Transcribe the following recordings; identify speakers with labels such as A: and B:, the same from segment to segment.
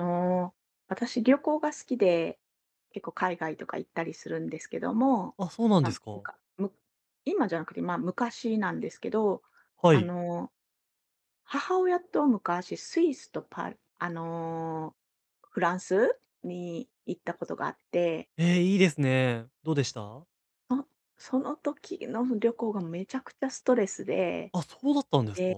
A: あの、私旅行が好きで、結構海外とか行ったりするんですけども、
B: あ、そうなん
A: あ、
B: です
A: む
B: か。
A: かむ今じゃなくて、まあ、昔なんですけど、
B: は
A: あ
B: い。
A: の、母親と昔スイスとパあの、フランスに行ったことがあって、
B: いいですね。どうでした？
A: そその時の旅行がめちゃくちゃストレスで、
B: あ、そうだったんですか。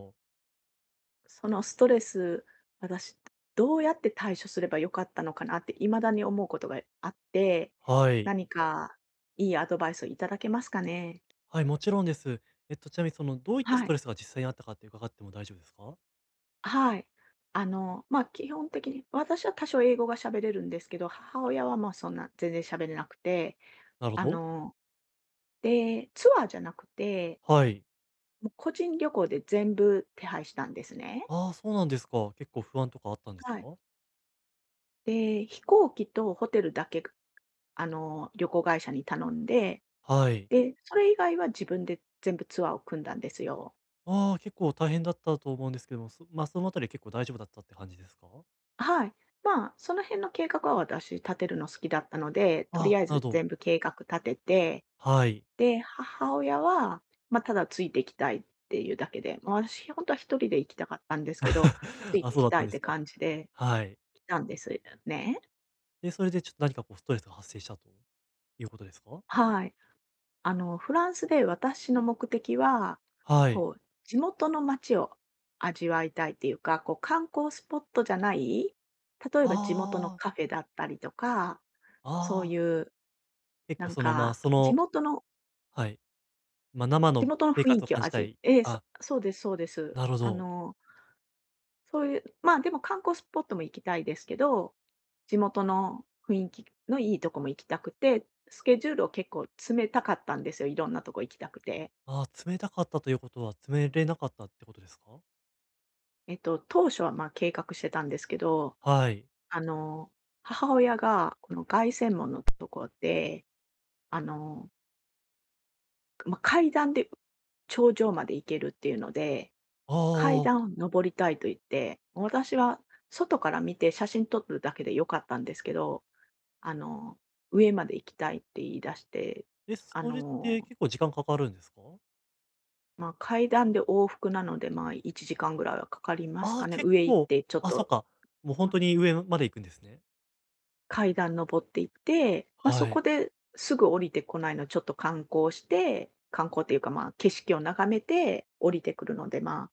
A: そのストレス、私、どうやって対処すればよかったのかなって未だに思うことがあって、
B: はい。
A: 何かいいアドバイスをいただけますかね？
B: はい、もちろんです。ちなみにどういったス
A: は
B: ト
A: い。
B: レスが実際にあったかって伺っても大丈夫ですか？
A: はい。まあ、基本的に私は多少英語が喋れるんですけど、母親は、まあ、そんな全然喋れなくて、
B: なるほ
A: あ
B: ど。
A: の、で、ツアーじゃなくて、
B: はい。
A: もう個人旅行で全部手配したんですね。
B: ああ、そうなんですか。結構不安とかあったんです
A: はい。
B: か？
A: で、飛行機とホテルだけ、旅行会社に頼んで、
B: はい。
A: で、それ以外は自分で全部ツアーを組んだんですよ。
B: ああ、結構大変だったと思うんですけども、そのあたりは結構大丈夫だったって感じですか？
A: はい。まあ、その辺の計画は私立てるの好きだったので、とり
B: あ、
A: あえ
B: なるほ
A: ず
B: ど。
A: 全部計画立てて、
B: はい。
A: で、母親は、まあ、ただついていきたいっていうだけで、まあ、私本当は一人で行きたかったんですけど、つ い
B: あ、
A: てい
B: そう
A: き
B: だっ
A: た
B: た
A: い
B: ん
A: っ
B: です
A: て
B: か。
A: 感じで
B: はい。
A: 来たんですね。
B: で、それでちょっと何かこうストレスが発生したということですか？
A: はい。フランスで私の目的は、
B: はい。
A: こう、地元の街を味わいたいっていうか、こう、観光スポットじゃない、例えば地元の
B: あ
A: カフェだったりとか、そう
B: あ、ああ。
A: いう、
B: 結
A: な
B: 構
A: ん
B: その、まあ、
A: か、
B: そのはい、まあ、生
A: 地
B: の
A: 元の
B: ベー
A: 雰
B: カー
A: 囲
B: と
A: 気
B: 感
A: を
B: じたい。
A: ええ、
B: あ、
A: そうです、そうです。
B: なるほど。
A: そういう、まあでも観光スポットも行きたいですけど、地元の雰囲気のいいとこも行きたくて、スケジュールを結構詰めたかったんですよ、いろんなとこ行きたくて。
B: ああ、冷たかったということは、冷れなかったってことですか？
A: えっと、当初は、ま、計画してたんですけど、
B: はい。
A: あの、母親がこの凱旋門のところで、あの、まあ、階段で頂上まで行けるっていうので、
B: あ
A: 階
B: あ。
A: 段を登りたいと言って、私は外から見て写真撮るだけで良かったんですけど、あの、上まで行きたいって言い出して、
B: え、
A: あ
B: それって
A: の、
B: 結構時間かかるんですか？
A: まあ、階段で往復なので、まあ、1時間ぐらいはかかります
B: あ
A: か
B: あ、
A: ね。
B: 結
A: 上行っ
B: 構、
A: てちょっ
B: あ、そっ
A: と、
B: か、もう本
A: ま
B: 当に上まで行くんですね。
A: 階段登っていって、まあ、そ
B: は
A: こ
B: い。
A: ですぐ降りてこないのちょっと観光して、観光っていうか、まあ、景色を眺めて降りてくるので、まあ、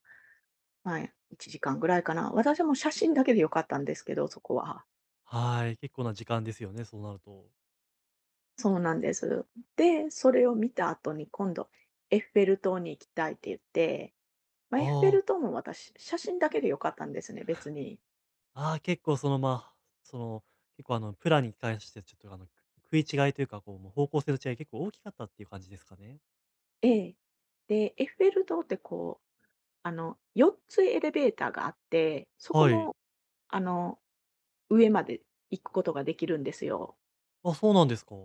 A: まあ、1時間ぐらいかな。私はもう写真だけで良かったんですけど、そこは。
B: はい、結構な時間ですよね、そうなると。
A: そうなんです。で、それを見た後に今度エッフェル塔に行きたいって言って、まあ、エッフェ
B: あ
A: ル
B: あ、
A: 塔も私、写真だけで良かったんですね、別に。
B: ああ、結構その、ま、あその、結構プランに関してちょっとあの、食い違いというか、こう、もう方向性の違い結構大きかったっていう感じですかね？
A: ええ。で、エッフェル塔ってこう、4つエレベーターがあって、そこ
B: はい。
A: もあの、上まで行くことができるんですよ。
B: あ、そうなんですか。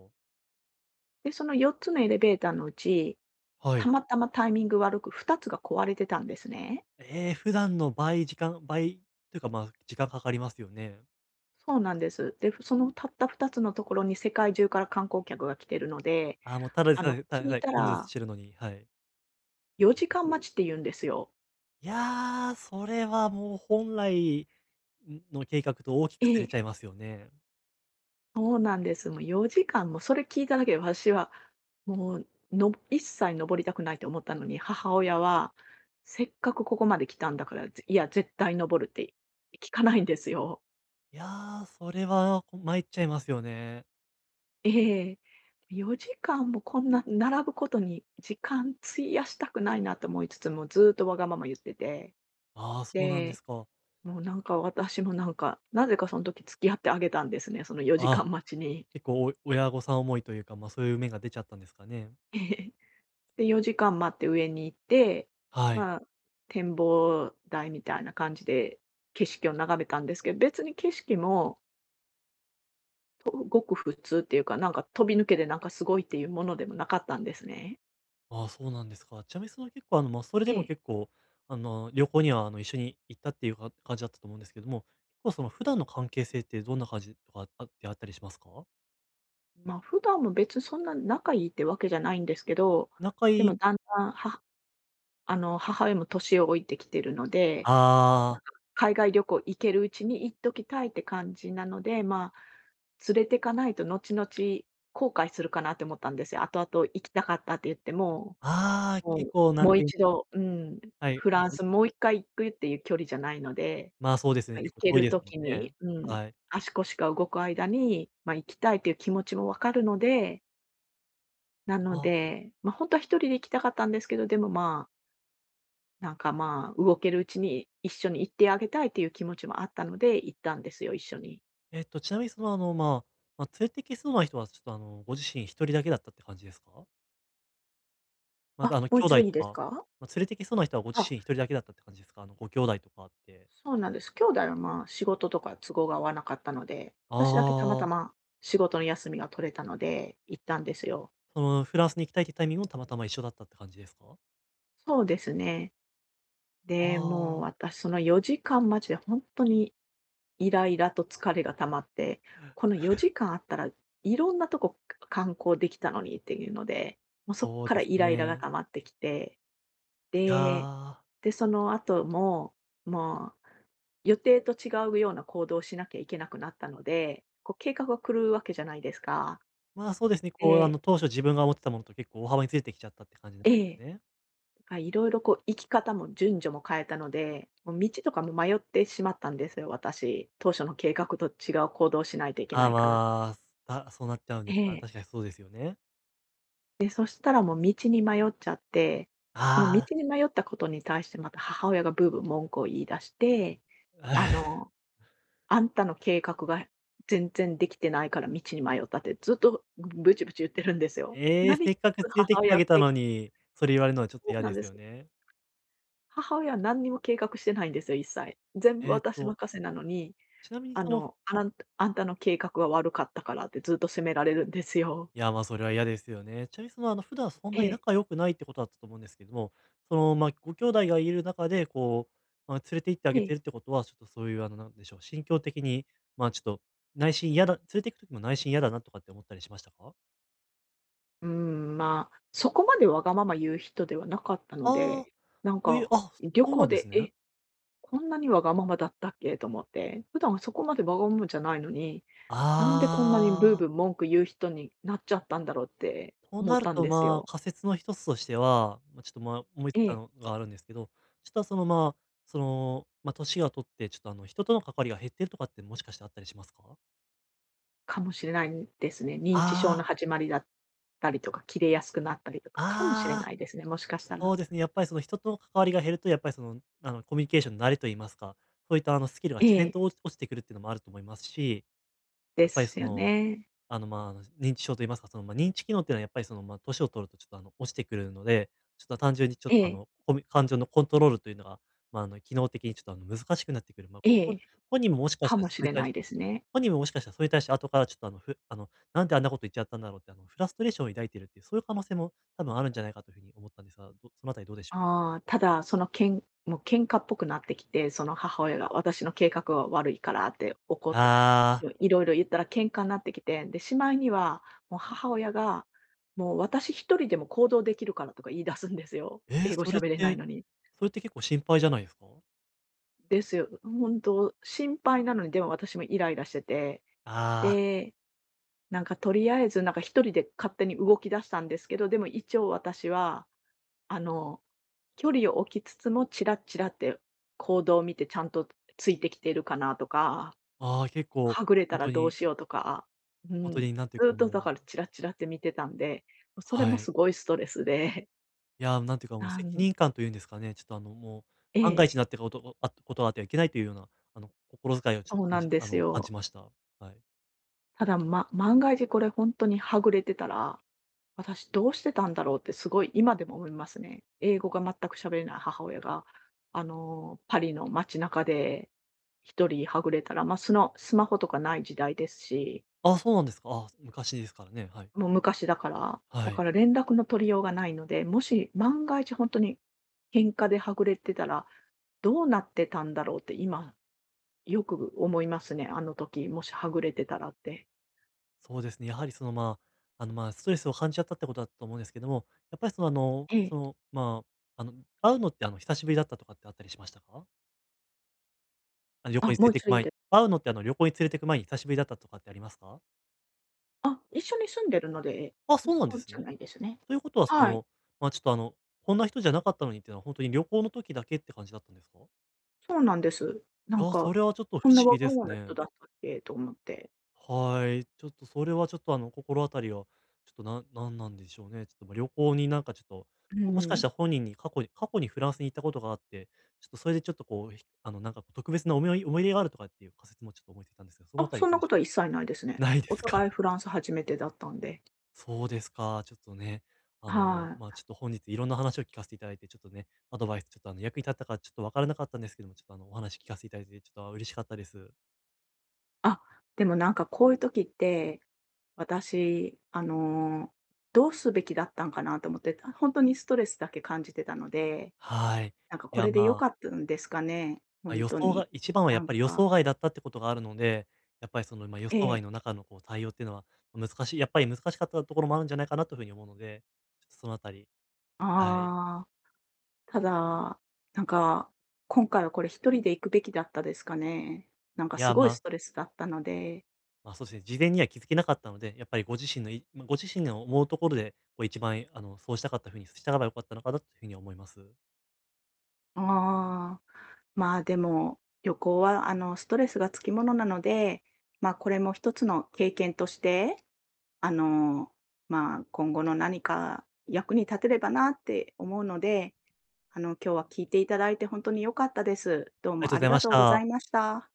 A: で、その4つのエレベーターのうち、
B: は
A: た
B: い。
A: またまタイミング悪く2つが壊れてたんですね。
B: えー普段の倍時間倍というか、まあ、時間かかりますよね。
A: そうなんです。で、そのたった2つのところに世界中から観光客が来てるので、
B: あーもう、ただでさえただで
A: 聞
B: さ
A: い
B: え
A: た
B: 混雑
A: ら
B: してるのに、はい。
A: 4時間待ちって言うんですよ。
B: いやー、それはもう本来の計画と大き
A: え
B: くずれちゃ
A: え。
B: いますよね。
A: そうなんです。もう4時間もそれ聞いただけで私は、もう、の一切登りたくないと思ったのに、母親は、せっかくここまで来たんだから、ぜいや、絶対登るって聞かないんですよ。
B: いやー、それは、参っちゃいますよね。
A: ええ。4時間もこんな並ぶことに時間費やしたくないなと思いつつも、ずーっとわがまま言ってて、
B: ああ、そうなんで
A: で、
B: すか。
A: もうなんか私もなんか、なぜかその時付き合ってあげたんですね、その4時
B: あ
A: 間待ちに。
B: 結構お親御さん思いというか、ま、そういう面が出ちゃったんですかね。
A: で、4時間待って上に行って、
B: はい。
A: まあ、展望台みたいな感じで景色を眺めたんですけど、別に景色も、ごく普通っていうか、なんか飛び抜けてなんかすごいっていうものでもなかったんですね。
B: ああ、そうなんですか。ちなみにその結構まあ、それで
A: え
B: も
A: え。
B: 結構、旅行には一緒に行ったっていうか感じだったと思うんですけども、結構その普段の関係性ってどんな感じとかあってあったりしますか？
A: まあ、普段も別にそんな仲いいってわけじゃないんですけど、
B: 仲
A: で
B: いい
A: もだんだん、母親も年を置いてきてるので、
B: ああ、
A: 海外旅行行けるうちに行っときたいって感じなので、まあ、連れてかないと後々後悔するかなって思ったんですよ。後々行きたかったって言っても、
B: ああ、
A: も
B: 結
A: う
B: 構な
A: も
B: ん
A: う
B: ていう
A: 一度うん、
B: はい、
A: フラン
B: あの、
A: スもう一回行くっていう距離じゃないので、
B: ま、そうです
A: ま
B: ね、
A: あ、
B: 結
A: 行
B: 構
A: け
B: 遠い
A: る
B: ですもん
A: 時
B: ね。
A: に、うん、
B: はい。
A: 足腰が動く間に、まあ、行きたいという気持ちも分かるので、なの
B: あ
A: で、本当は一人で行きたかったんですけど、でもまあなんかまあ、動けるうちに一緒に行ってあげたいっていう気持ちもあったので、行ったんですよ、一緒に。
B: ちなみにまあ、まあ、連れてきそうな人はちょっとあの、ご自身一人だけだったって感じですか？また
A: あ、
B: 兄
A: もう一度
B: 弟
A: いい
B: と
A: です
B: か、
A: か？
B: まあ、連れてきそうな人はご自
A: あ、
B: 身一人だけだったって感じですか？ご兄弟とかって。
A: そうなんです。兄弟はまあ、仕事とか都合が合わなかったので、私だけたまた
B: ああ。
A: ま仕事の休みが取れたので行ったんですよ。
B: その、フランスに行きたいっていうタイミングもたまたま一緒だったって感じですか？
A: そうですね。
B: あ
A: で、もう
B: あ。
A: 私その4時間待ちで本当にイライラと疲れが溜まって、この4時間あったらいろんなとこ観光できたのにっていうので、もうそこ
B: そう
A: か
B: で
A: ら
B: す
A: イライラが
B: ね。
A: 溜まってきて
B: い
A: で、
B: や、
A: で、その後も、もう予定と違うような行動をしなきゃいけなくなったので、こう計画が狂うわけじゃないですか。
B: まあ、そうですね、こう、あ
A: で、
B: の、当初自分が思ってたものと結構大幅にずれてきちゃったって感じなんで
A: え
B: す
A: え、
B: ね。
A: あ、いろいろこう生き方も順序も変えたので、もう道とかも迷ってしまったんですよ、私。当初の計画と違う行動をしないといけ
B: あ
A: な
B: あ、
A: いから。
B: まそうなっちゃうん
A: え
B: ですか。
A: え、
B: 確かにそうですよね。
A: で、そしたらもう道に迷っちゃって、その
B: ああ。
A: 道に迷ったことに対してまた母親がブーブー文句を言い出して、あ のあんたの計画が全然できてないから道に迷ったってずっとブチブチ言ってるんですよ。
B: ええ、
A: 何
B: せ
A: 一
B: っ
A: つ
B: かく連れてき
A: 母
B: て
A: 親
B: あ
A: は
B: げた
A: け
B: のに、それ言われるのはちょっと
A: そう
B: 嫌
A: な
B: で
A: んで
B: す
A: す。
B: よね。
A: 母親は何にも計画してないんですよ、一切。全部
B: えっ
A: 私
B: と、
A: 任せなのに、
B: ちなみにその
A: あんたの計画が悪かったからってずっと責められるんですよ。
B: いや、それは嫌ですよね。ちなみに普段そん
A: え
B: なに
A: え、
B: 仲良くないってことだったと思うんですけども、その、ご兄弟がいる中で、こう、まあ、連れて行ってあ
A: え
B: げて
A: え。
B: るってことは、ちょっとそういう、なんでしょう、心境的に、ま、あちょっと内心嫌だ連れて行く時も内心嫌だなとかって思ったりしましたか？
A: うーん、まあ、そこまでわがまま言う人ではなかったの
B: ああ、
A: で、なん
B: そういう
A: か、
B: あ、
A: 旅
B: そうな
A: 行
B: んです
A: で、
B: ね。
A: え、こんなにわがままだったっけと思って、普段そこまでわがままじゃないのに、なんでこんなにブー
B: ああ、
A: ブー文句言う人になっちゃったんだろうって
B: と
A: 思っ
B: なる
A: たん
B: と、
A: です
B: ま
A: よ。
B: あ、仮説の一つとしては、まあ、ちょっと、まあ、思いつ
A: え
B: いた
A: え、
B: のがあるんですけど、ちょっと、その、まあ、その、まあ、年が取って、ちょっと、人との関わりが減ってるとかってもしかしてあったりしますか？
A: かもしれないですね。認知症の
B: ああ、
A: 始まりだったりとか、切れやすくなったりとか、かもしれ
B: あ
A: ないで
B: あ、
A: すね、もしかした
B: そ
A: ら。
B: うですね。やっぱりその人との関わりが減ると、やっぱりその、コミュニケーションの慣れといいますか、そういったスキルが
A: え
B: 自然
A: え、
B: と落ちてくるっていうのもあると思いますし、
A: で
B: やっぱり
A: す
B: そ
A: よ
B: の、
A: ね。
B: 認知症といいますか、その、まあ、認知機能っていうのはやっぱりその、まあ、年を取るとちょっとあの、落ちてくるので、ちょっと単純にちょっ
A: え
B: とあ
A: え、
B: の、コミ感情のコントロールというのが、まあ、機能的にちょっとあの、難しくなってくる。まあ、
A: ええ、
B: 本人ももしかし
A: か
B: たら
A: も
B: そ
A: し
B: ういっ
A: れ
B: た
A: ないですね。
B: 本人ももしかしたらそれに対して後からちょっとあの、ふあの、なんであんなこと言っちゃったんだろうって、フラストレーションを抱いてるっていう、そういう可能性も多分あるんじゃないかというふうに思ったんですが、そのあたりどうでしょう？
A: ああ、ただ、そのけんもう喧嘩っぽくなってきて、その母親が私の計画は悪いからって
B: ああ、
A: いろいろ言ったら喧嘩になってきて、で、しまいには、もう母親が、もう私一人でも行動できるからとか言い出すんですよ。
B: えー、
A: 英語
B: それ
A: 喋
B: っ
A: れない
B: て、
A: のに。
B: それって結構心配じゃないですか？
A: ですよ。本当、心配なのに、でも私もイライラしてて、
B: ああ、
A: で、なんかとりあえずなんか一人で勝手に動き出したんですけど、でも一応私は、あの、距離を置きつつもチラッチラって行動を見てちゃんとついてきてるかなとか
B: ああ、結構
A: はぐれ
B: 本
A: たら
B: 当
A: どう
B: に
A: しようとか、う
B: 本当
A: ん、
B: になんていうか
A: ずっとだ
B: もう
A: からチラチラって見てたんで、それ
B: は
A: も
B: い。
A: すごいストレスで、
B: いやー、なんていう かもう
A: な
B: 責
A: ん
B: 任感というんですかね、ちょっとあの、もう
A: え
B: 万が一
A: え、
B: になってことがあってはいけないというような、心遣いをちょっ
A: そ
B: と
A: う
B: 感
A: なん
B: じ
A: で
B: あ
A: す
B: の、感
A: よ。
B: じました。はい。
A: ただ、ま万が一これ本当にはぐれてたら、私どうしてたんだろうってすごい今でも思いますね。英語が全く喋れない母親が、パリの街中で一人はぐれたら、まあ、そのスマホとかない時代ですし
B: ああ、そうなんですか。ああ、昔ですからね、はい。
A: もう昔だから。だ
B: は
A: か
B: い。
A: ら連絡の取りようがないので、もし万が一本当に喧嘩ではぐれてたら、どうなってたんだろうって今よく思いますね。あの時、もしはぐれてたらって。
B: そうですね。やはりそのまあ、まあ、ストレスを感じちゃったってことだと思うんですけども、やっぱりその
A: え
B: そ
A: え。
B: のあ、あの、会うのって久しぶりだったとかってあったりしましたか？旅
A: あ、
B: 行に連
A: も
B: れ
A: う
B: て
A: 一
B: 行く
A: 度いい
B: 前
A: で
B: に。
A: す
B: 会うのって旅行に連れて行く前に久しぶりだったとかってありますか？
A: あ、一緒に住んでるので、
B: あ、そう
A: そ
B: なんで
A: う
B: す
A: じゃ
B: ね。
A: ないですね。
B: ということはそ
A: はい、
B: の、まあ、ちょっとあの、こんな人じゃなかったのにっていうのは本当に旅行の時だけって感じだったんですか？
A: そうなんです。な
B: い
A: ん
B: や、そ
A: か、
B: れはちょっと不思
A: こんなわ
B: 議
A: が
B: で
A: ま
B: す
A: まな
B: ね。
A: 人だったっけと思って。
B: はい。ちょっとそれはちょっと心当たりは、ちょっとなんなんなんでしょうね。ちょっとま、旅行になんかちょっと、
A: う
B: もしかし
A: ん。
B: たら本人に過去にフランスに行ったことがあって、ちょっとそれでちょっとこう、ひあのなんか特別な思い入れがあるとかっていう仮説もちょっと思いついたんですが、その
A: あ、
B: あたり
A: そん
B: どう
A: な
B: で
A: こ
B: しょ
A: とは
B: う
A: 一
B: か？
A: 切ないです ね。
B: ないで
A: お
B: す
A: 互
B: か。
A: い フランス初めてだったんで。
B: そうですか。ちょっとね、
A: はい。
B: ちょっと本日いろんな話を聞かせていただいて、ちょっとね、アドバイスちょっと役に立ったかちょっとわからなかったんですけども、ちょっとあのお話聞かせていただいて、ちょっと嬉しかったです。
A: あ、でもなんかこういう時って、私、どうすべきだったんかなと思って、本当にストレスだけ感じてたので、
B: はい。
A: なんか
B: い
A: こ
B: や、
A: れで良
B: ま
A: か
B: あ
A: ったんですかね、
B: ま、
A: 本
B: 予
A: 当
B: 想
A: に。
B: が一番は
A: な
B: やっ
A: ん
B: ぱり予
A: か
B: 想外だったってことがあるので、やっぱりその、ま、予
A: え
B: 想外
A: え、
B: の中のこう対応っていうのは、難しいやっぱり難しかったところもあるんじゃないかなという風に思うので、ちょっとそのあたりはい。
A: ああ、ただ、なんか、今回はこれ一人で行くべきだったですかね。なんか
B: い
A: す
B: や、
A: ごい
B: ま
A: ストレスだったので、
B: ま、そうですね、事前には気づけなかったので、やっぱりご自身のいまご自身の思うところで、こう一番あの、そうしたかった風にしたらば良かったのかなという風には思います。
A: ああ、まあ、でも、旅行はあの、ストレスがつきものなので、まあ、これも一つの経験としてあの、まあ、今後の何か役に立てればなって思うので、今日は聞いていただいて本当に良かったです。どう
B: ありが
A: も
B: と
A: あ
B: うご
A: り
B: ざい
A: が
B: まし
A: とうござ
B: た。
A: いました。